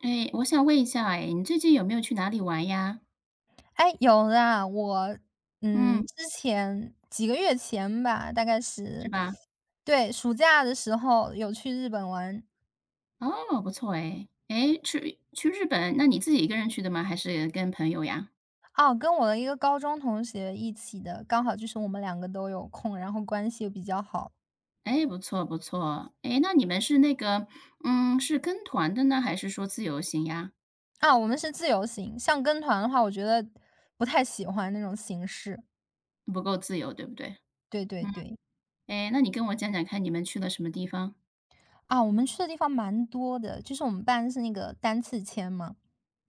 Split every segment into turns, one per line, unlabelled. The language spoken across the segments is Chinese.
哎，我想问一下，哎，你最近有没有去哪里玩呀？
哎，有啦，
嗯，
之前几个月前吧，大概
是
是
吧？
对，暑假的时候有去日本玩。
哦，不错哎。哎，去日本，那你自己一个人去的吗？还是跟朋友呀？
哦，跟我的一个高中同学一起的，刚好就是我们两个都有空，然后关系又比较好。
哎，不错不错。哎，那你们是那个，嗯，是跟团的呢，还是说自由行呀？
啊，我们是自由行，像跟团的话，我觉得不太喜欢那种形式。
不够自由，对不对？
对对
嗯，
对。
哎，那你跟我讲讲看，你们去了什么地方？
啊，我们去的地方蛮多的，就是我们办的是那个单次签嘛，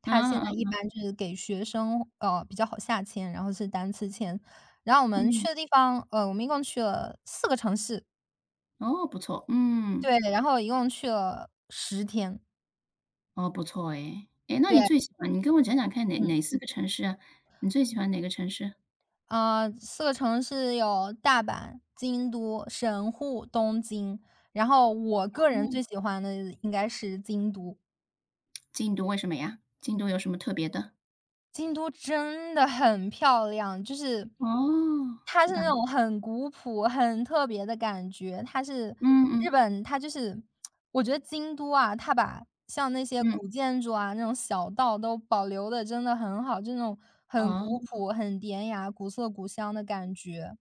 他现
啊啊，
在一般就是给学生，比较好下签，然后是单次签。然后我们去
嗯，
的地方，我们一共去了四个城市，
哦，不错，嗯，
对，然后一共去了10天，
哦，不错哎。哎，那你
对，
最喜欢，你跟我讲讲看哪
嗯，
哪四个城市啊？你最喜欢哪个城市？
啊，四个城市有大阪、京都、神户、东京，然后我个
哦，
人最喜欢的应该是京都。
京都为什么呀？京都有什么特别的？
京都真的很漂亮，就是
哦，
它
是
是
吧？
那种很古朴、很特别的感觉。它是
嗯
日
嗯
本，它就是我觉得京都啊，它把像那些
嗯，
古建筑啊、那种小道都保留的真的很好，就那种很古
哦，
朴、很典雅、古色古香的感觉。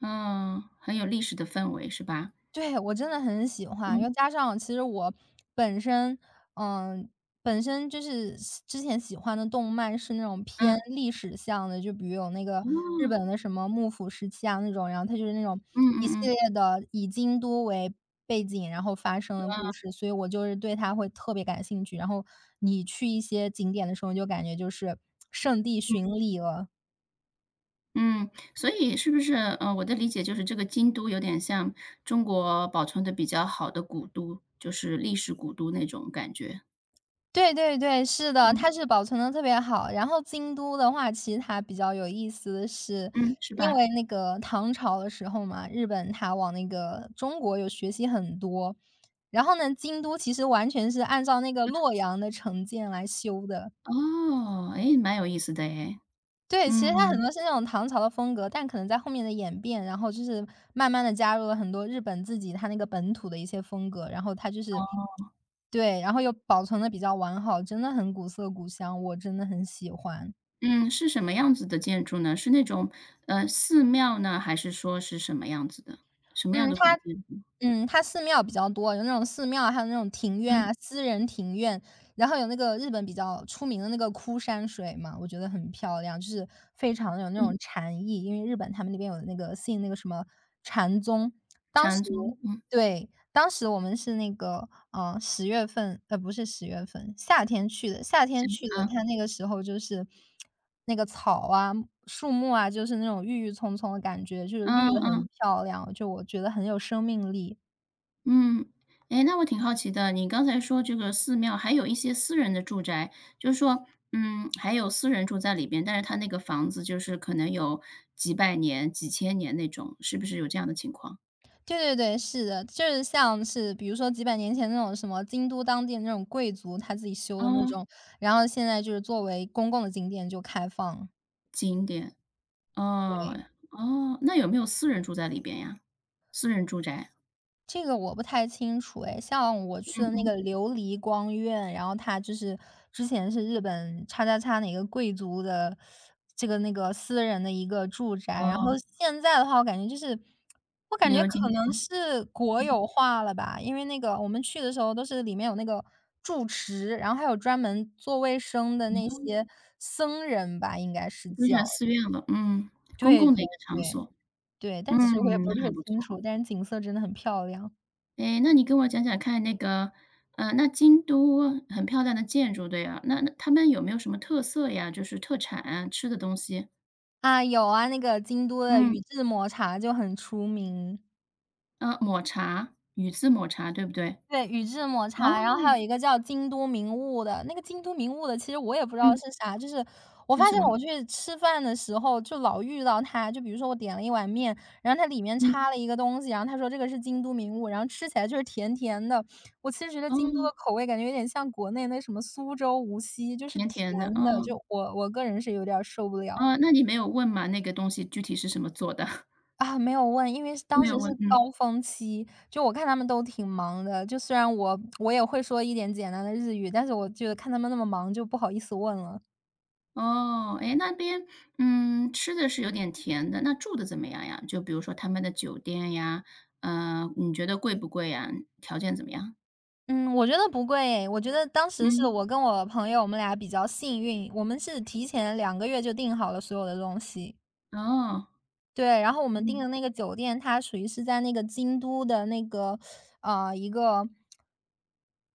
嗯，很有历史的氛围是吧？
对，我真的很喜欢，
嗯
又加上其实我本身，嗯，本身就是之前喜欢的动漫是那种偏
嗯，
历史向的，就比如有那个
哦，
日本的什么幕府时期啊那种，然后它就是那种
嗯
一
嗯
系
嗯，
列的以京都为背景，然后发生的故
啊，
事，所以我就是对它会特别感兴趣。然后你去一些景点的时候，你就感觉就是圣地巡礼了。
嗯，所以是不是我的理解就是这个京都有点像中国保存的比较好的古都，就是历史古都那种感觉。
对对对，是的，
嗯
它是保存的特别好。然后京都的话，其实它比较有意思的是，
嗯，是
因
吧？
为那个唐朝的时候嘛，日本它往那个中国有学习很多。然后呢，京都其实完全是按照那个洛阳的城建来修的。
哦，诶，蛮有意思的诶，
对，其实它很
嗯。
多是那种唐朝的风格，但可能在后面的演变，然后就是慢慢的加入了很多日本自己它那个本土的一些风格，然后它就是对，然后又保存的比较完好，真的很古色古香，我真的很喜欢。
嗯，是什么样子的建筑呢？是那种，寺庙呢，还是说是什么样子的？什么样
嗯，
的古
它
建筑？
它寺庙比较多，有那种寺庙，还有那种庭院
嗯
啊，私人庭院，然后有那个日本比较出名的那个枯山水嘛，我觉得很漂亮，就是非常有那
嗯，
种禅意，因为日本他们那边有那个信那个什么禅宗，当时
禅宗，嗯，
对，当时我们是那个，十月份不是十月份，夏天去的。夏天
行，
去的，
嗯
它那个时候就是那个草啊、树木啊，就是那种郁郁葱葱的感觉，就是绿
嗯
的
嗯
很漂亮，就我觉得很有生命力。
嗯。哎，那我挺好奇的，你刚才说这个寺庙，还有一些私人的住宅，就是说，嗯，还有私人住在里边，但是他那个房子就是可能有几百年、几千年那种，是不是有这样的情况？
对对对，是的，就是像是比如说几百年前那种什么京都当地的那种贵族他自己修的那
哦，
种，然后现在就是作为公共的景点就开放，
景点，哦
对。
哦，那有没有私人住在里边呀？私人住宅？
这个我不太清楚哎，像我
嗯
去的那
嗯，
个琉璃光院，然后它就是之前是日本叉叉叉哪个贵族的这个那个私人的一个住宅，然后
哦，
现在的话，我感
旅
觉
游景
可
点，
能是国
嗯，
有化了吧，因为那个我们去的时候都是里面有那个住持，然后还有专门做卫生的那些僧人吧，应该是
都
叫，
选寺院了，嗯，公
对
共
对
的一个场
对
所，
对，
嗯，
但其实我也不
那
是特
还
别
不
清
错。
楚，但是景色真的很漂亮。
哎，那你跟我讲讲看那个，那京都很漂亮的建筑，对呀，那他们有没有什么特色呀？就是特产啊吃的东西？
啊，有啊，那个京都的
嗯，
宇治抹茶就很出名。
抹茶，宇治抹茶，对不对？
对，宇治抹
哦，
茶，然后还有一个叫京都名物的，那个京都名物的其实我也不知道
嗯，
是啥，就是我
是
发
什
现
么？
我去吃饭的时候就老遇到它，就比如说我点了一碗面，然后它里面
嗯，
插了一个东西，然后他说这个是京都名物，然后吃起来就是甜甜的。我其实觉得京都的
哦，
口味感觉有点像国内那什么苏州、无锡，就是
甜甜的，
甜的，
哦，
就我个人是有点儿受不了。
哦，那你没有问吗？那个东西具体是什么做的？
啊，没有问，因为是当
没
时
有
是
问，嗯。
高峰期，就我看他们都挺忙的，就虽然我也会说一点简单的日语，但是我觉得看他们那么忙，就不好意思问了。
哦，哎，那边，嗯，吃的是有点甜的，那住的怎么样呀？就比如说他们的酒店呀，嗯，你觉得贵不贵呀？条件怎么样？
嗯，我觉得不贵诶我觉得当时是
嗯，
我跟我朋友，我们俩比较幸运，我们是提前2个月就订好了所有的东西。
哦，
对，然后我们订
嗯，
的那个酒店，它属于是在那个京都的那个，一个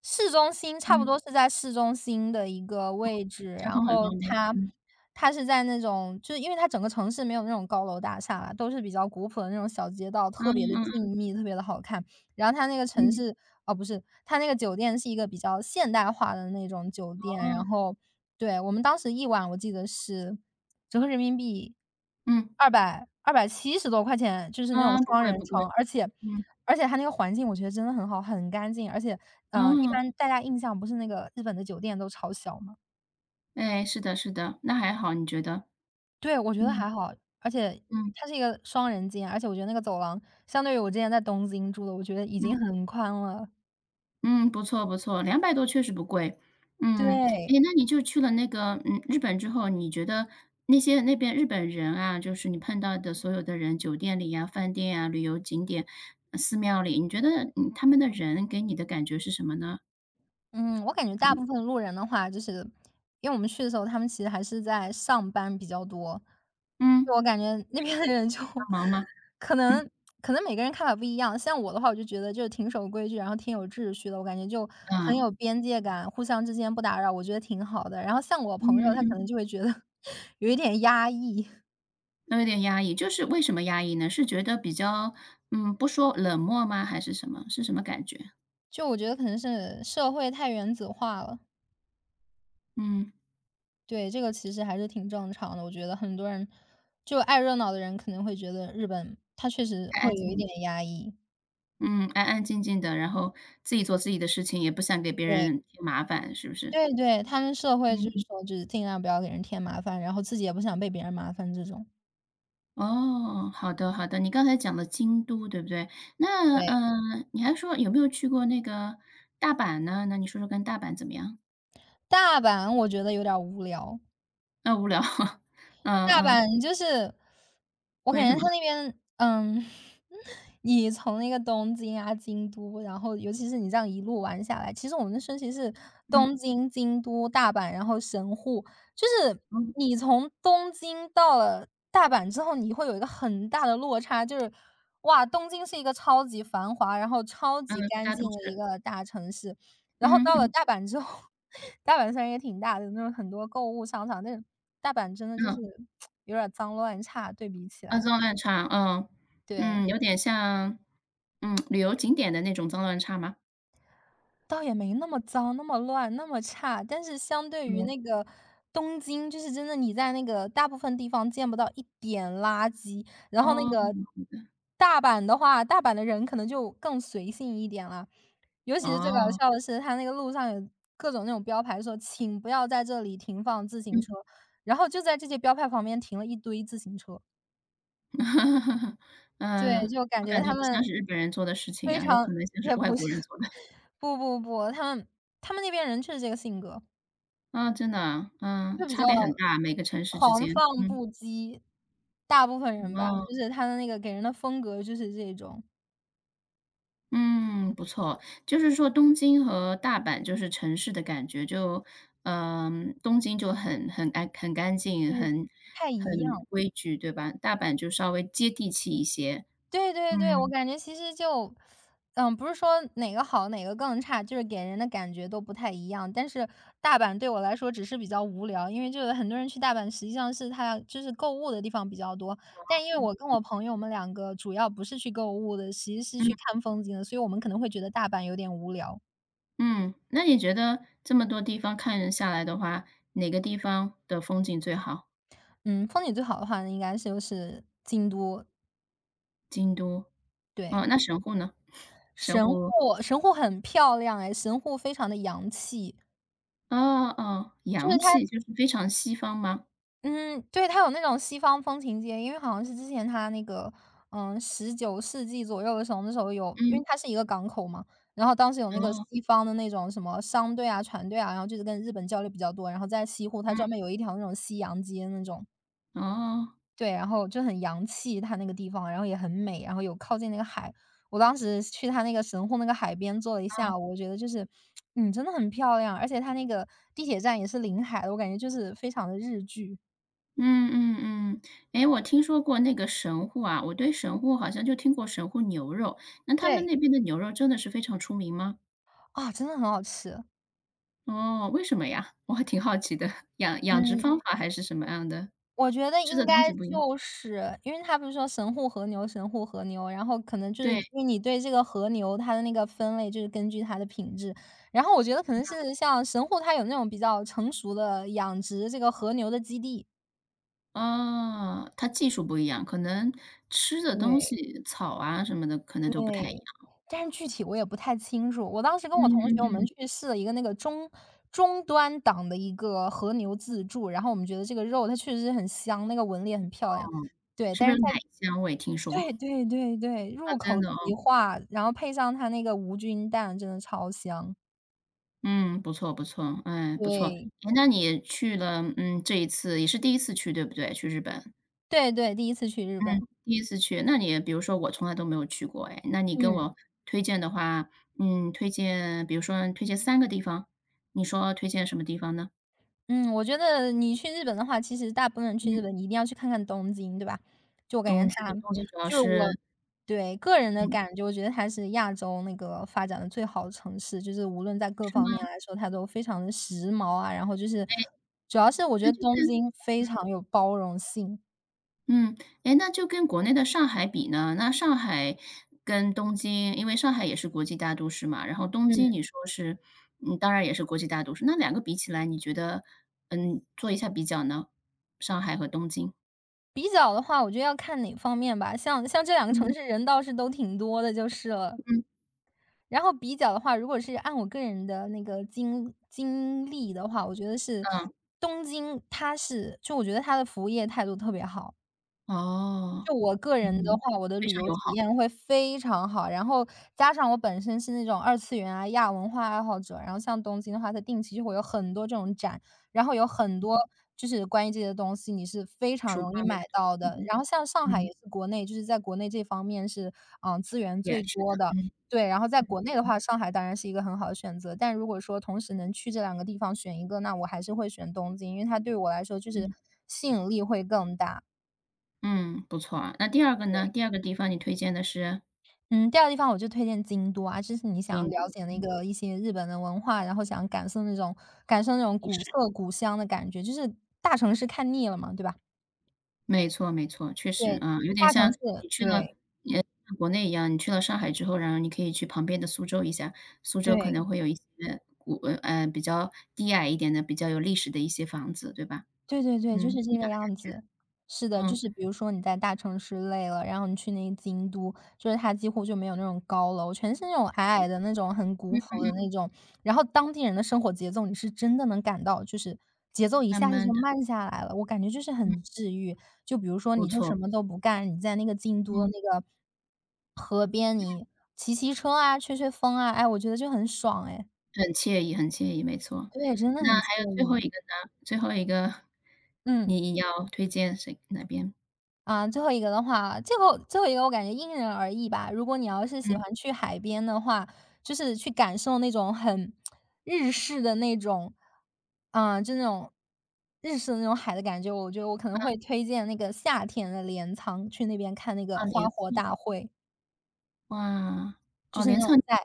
市中心差不
嗯，
多是在市中心的一个位置，
交
然
通很
后
方便，
它
嗯，
它是在那种就是因为它整个城市没有那种高楼大厦啦，都是比较古朴的那种小街道，特
嗯
别的
嗯
静谧，特别的好看。然后它那个城
嗯，
市哦，不是，它那个酒店是一个比较现代化的那种酒店，然
哦，
后对，我们当时一晚我记得是折合人民币
嗯，
270多块钱，就是那种
啊，不
双
贵
人
不贵，
床，而且
嗯，
而且它那个环境我觉得真的很好，很干净，而且，一般
哦，
大家印象不是那个日本的酒店都超小吗？
哎，是的是的，那还好，你觉得？
对，我觉得
嗯
还好，而且
嗯
它是一个双人间，而且我觉得那个走廊相对于我之前在东京住的，我觉得已
嗯。
经很宽了，
嗯，不错不错，200多确实不贵。嗯，
对。
诶，那你就去了那个，嗯，日本之后，你觉得那些那边日本人啊，就是你碰到的所有的人，酒店里呀、饭店呀、旅游景点、寺庙里，你觉得，嗯，他们的人给你的感觉是什么呢？
嗯，我感觉大部分路人的话，就是因为我们去的时候，他们其实还是在上班比较多。
嗯，
就我感觉那边的人就
帮忙吗？
可能
嗯，
可能每个人看法不一样。像我的话，我就觉得就是挺守规矩，然后挺有秩序的，我感觉就很
啊，
有边界感，互相之间不打扰，我觉得挺好的。然后像我
嗯
朋友，他
嗯，
可能就会觉得 有一点压抑，
都有点压抑，就是为什么压抑呢？是觉得比较，嗯，不说冷漠吗？还是什么？是什么感觉？
就我觉得可能是社会太原子化了。
嗯，
对，这个其实还是挺正常的。我觉得很多人就爱热闹的人肯定会觉得日本它确实
太
会
安
有
静
一
了。
点压抑。
嗯，安安静静的，然后自己做自己的事情，也不想给别
对，
人添麻烦，是不是？
对对，他们社会就
嗯
是
嗯。
说就是尽量不要给人添麻烦，然后自己也不想被别人麻烦这种。
哦，好的好的，你刚才讲了京都，对不对？那，
对，
嗯，你还说有没有去过那个大阪呢？那你说说看大阪怎么样？
大阪我觉得有点儿无聊。
啊，无聊，嗯
大
嗯，
阪就是，我感
为什么？
觉他那边，你从那个东京啊、京都，然后尤其是你这样一路玩下来，其实我们的顺序是
嗯，
东京、京都、大阪，然后神户。就是
嗯，
你从东京到了大阪之后，你会有一个很大的落差，就是哇，东京是一个超级繁华，然后超级
嗯，
干
大都
净的一
市，
个大城市，然后
嗯
到了
嗯
大阪之后，大阪虽然也挺大的，那种很多购物商场，但是大阪真的就是
嗯，
有点儿脏乱差，对比起
啊，
来，
脏乱差，嗯，
对。
嗯，有点像，嗯，旅游景点的那种脏乱差吗？
倒也没那么脏、那么乱、那么差，但是相对于
嗯，
那个东京，就是真的你在那个大部分地方见不到一点垃圾。然后那
哦，
个大阪的话，大阪的人可能就更随性一点了。尤其是最搞
哦，
笑的是，他那个路上有各种那种标牌说"请不要在这里停放自行
嗯。
车"，然后就在这些标牌旁边停了一堆自行车。
哈哈哈，
对，
嗯，
就感
我
觉
感觉
他
不像
们
是日本人做的事情
非
呀，有
常
可能像是
也
外
不
国
是，
人做的。
不不不，他们那边人就是这个性格。
啊，真的啊，嗯，
就比
差
较
别很大，每个城市之
狂
间，
放
嗯，
不羁，大部分人吧，
哦，
就是他的那个给人的风格就是这种，
嗯，不错。就是说东京和大阪就是城市的感觉，就嗯，东京就很干很干净，
对，就
很
不太一
很
样。
规矩，对吧？大阪就稍微接地气一些。
对对对，我
嗯，
感觉其实就，不是说哪个好哪个更差，就是给人的感觉都不太一样。但是大阪对我来说只是比较无聊，因为就是很多人去大阪实际上是他就是购物的地方比较多，但因为我跟我朋友我们两个主要不是去购物的，其实是
嗯，
去看风景的，所以我们可能会觉得大阪有点无聊。
嗯，那你觉得这么多地方看下来的话，哪个地方的风景最好？
嗯，风景最好的话呢，应该是就是京都，
京都，
对。
哦，那神户呢？神
神户
户，
神户很漂亮哎，神户非常的洋气，
哦哦，
就是
洋
它
气，就是非常西方吗？
嗯，对，它有那种西方风情街，因为好像是之前它那个，19世纪左右的时候，那时候有因
嗯，
为它是一个港口嘛，然后当时有那个
哦，
西方的那种什么商队啊、船队啊，然后就是跟日本交流比较多，然后在西户它专门有一条那种西洋街那种。
嗯，哦，
对，然后就很洋气，它那个地方，然后也很美，然后有靠近那个海。我当时去它那个神户那个海边坐了一下午，我觉得就是，真的很漂亮，而且它那个地铁站也是临海的，我感觉就是非常的日剧。
嗯嗯嗯。哎，我听说过那个神户啊，我对神户好像就听过神户牛肉，那他们
对，
那边的牛肉真的是非常出名吗？
啊，真的很好吃，
哦，为什么呀？我还挺好奇的，养殖
嗯。
方法还是什么样的？
我觉得
吃的
应该
东西不一样
就是因为他不是说神户和牛然后可能就是
对，
因为你对这个和牛它的那个分类就是根据它的品质，然后我觉得可能是像神户它有那种比较成熟的养殖这个和牛的基地。
哦，它技术不一样，可能吃的东
对。
西草啊什么的可能
对，
都不太一样。
但是具体我也不太清楚，我当时跟
嗯
我同学我
嗯
们
嗯。
去试了一个那个中端档的一个和牛自助，然后我们觉得这个肉它确实是很香，那个纹理也很漂亮，
嗯，
对，
是不
但
是
是
有
在
奶香味听说？
对对对对，
啊，
入口
真的
即
哦，
化，然后配上它那个无菌蛋，真的超香。
嗯，不错不错，哎，不错。
对，
哎，那你去了，嗯，这一次也是第一次去对不对？去日本，
对对第一次去日
嗯，
本。
第一次去，那你比如说我从来都没有去过哎，那你跟
嗯，
我推荐的话，嗯，推荐比如说推荐三个地方，你说推荐什么地方呢？
嗯，我觉得你去日本的话，其实大部分人去
嗯，
日本，你一定要去看看东京，对吧？就我感
东
觉
京，
它
东京主要
就是我
是
对，个人的
嗯，
感觉，我觉得它是亚洲那个发展的最好的城市，就是无论在各
是吗？
方面来说，它都非常的时髦啊，然后就是
哎。
主要是我觉得东京非常有包容性，
嗯，哎，那就跟国内的上海比呢，那上海跟东京，因为上海也是国际大都市嘛，然后东京你
嗯。
说是，嗯，当然也是国际大都市，那两个比起来，你觉得，嗯，做一下比较呢？上海和东京。
比较的话，我觉得要看哪方面吧，像这两个城
嗯
市人倒是都挺多的就是了。
嗯。
然后比较的话，如果是按我个人的那个经历的话，我觉得是
嗯，
东京，它是就我觉得它的服务业态度特别好。
哦，
就我个人的
嗯，
话，我的
非
旅
常
游
友
体
好，
验会非常好，然后加上我本身是那种二次元啊、亚文化爱好者，然后像东京的话，它定期就会有很多这种展，然后有很多就是关于这些东西，你是非
艺
常
术
容
方
易
面
买
的东
到的。
西，嗯，
然后像上海也
嗯，
是国内，就是在国内这方面是资源
也
最
是
多
的，
的。
嗯
对，然后在国内的话，上海当然是一个很好的选择。但如果说同时能去这两个地方选一个，那我还是会选东京，因为它对我来说就是
嗯，
吸引力会更大。
嗯，不错啊。那第二个呢？第二个地方你推荐的是
嗯，第二个地方我就推荐京都啊，就是你想
印
了
度
解那个一些日本的文化，然后想感受那种
历
古
史。
色古香的感觉，就是大城市看腻了嘛，对吧？
没错没错，确实，
对，
啊，有点
大城
像你
市
去
对，
了也像国内一样，你去了上海之后，然后你可以去旁边的苏州一下，苏州可能
对。
会有一些比较低矮一点的、比较有历史的一些房子，对吧？
对对对，就
嗯，
是
不一
这个
样
样
的
子。是的，就是
嗯
比如说你在大城市累了，然后你去那个京都，就是它几乎就没有那种高楼，全是那种矮矮的那种很古朴
嗯，
的那种，然后当地人的生活节奏你是真的能感到，就是节奏一
慢
下子
慢
就
的，
慢下来了，我感觉就是
嗯，
很治愈。就比如说
不
你就什
错，
么都不干，你在那个京都的
嗯，
那个河边，你骑骑车啊，吹吹风啊，哎，我觉得就很爽哎。
很惬意很惬意，没错。
对，真的
那
很
还有
惬
最后
意。
一个呢？最后一个
嗯。
你要推荐谁哪边？
啊，最后一个的话，最后一个我感觉因人而异吧。如果你要是
嗯，
喜欢去海边的话，就是去感受那种很日式的那种，啊，就那种日式的那种海的感觉，我觉得我可能会推荐那个夏天的镰仓去那边看那个
哦，
花
镰
火
仓，
大会，
哇，哦，
就是
镰
那
仓
种在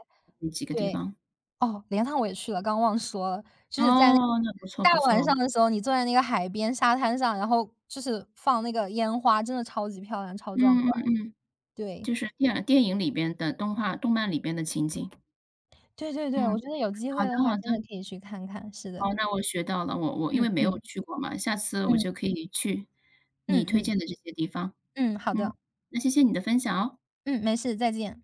有几个地
对，
方？
哦，镰仓我也去了，刚忘说了，就是在那个
哦，那不错
大
不
晚
错。
上的时候，你坐在那个海边沙滩上，然后就是放那个烟花，真的超级漂亮，超壮观，
嗯嗯嗯，
对。
就是电影里边的动画动漫里边的情景。
对对对，我
嗯，
觉得有机
好
会
的
的话，
好
真
的。
的可以去看看，是的。
好，那我学到了，我因为
嗯
没有
嗯
去过嘛，下次我就
嗯
可以去你
嗯
推荐
嗯
的这些地方。
嗯，好
嗯，
的，
那谢谢你的分享哦。
嗯，没事，再见。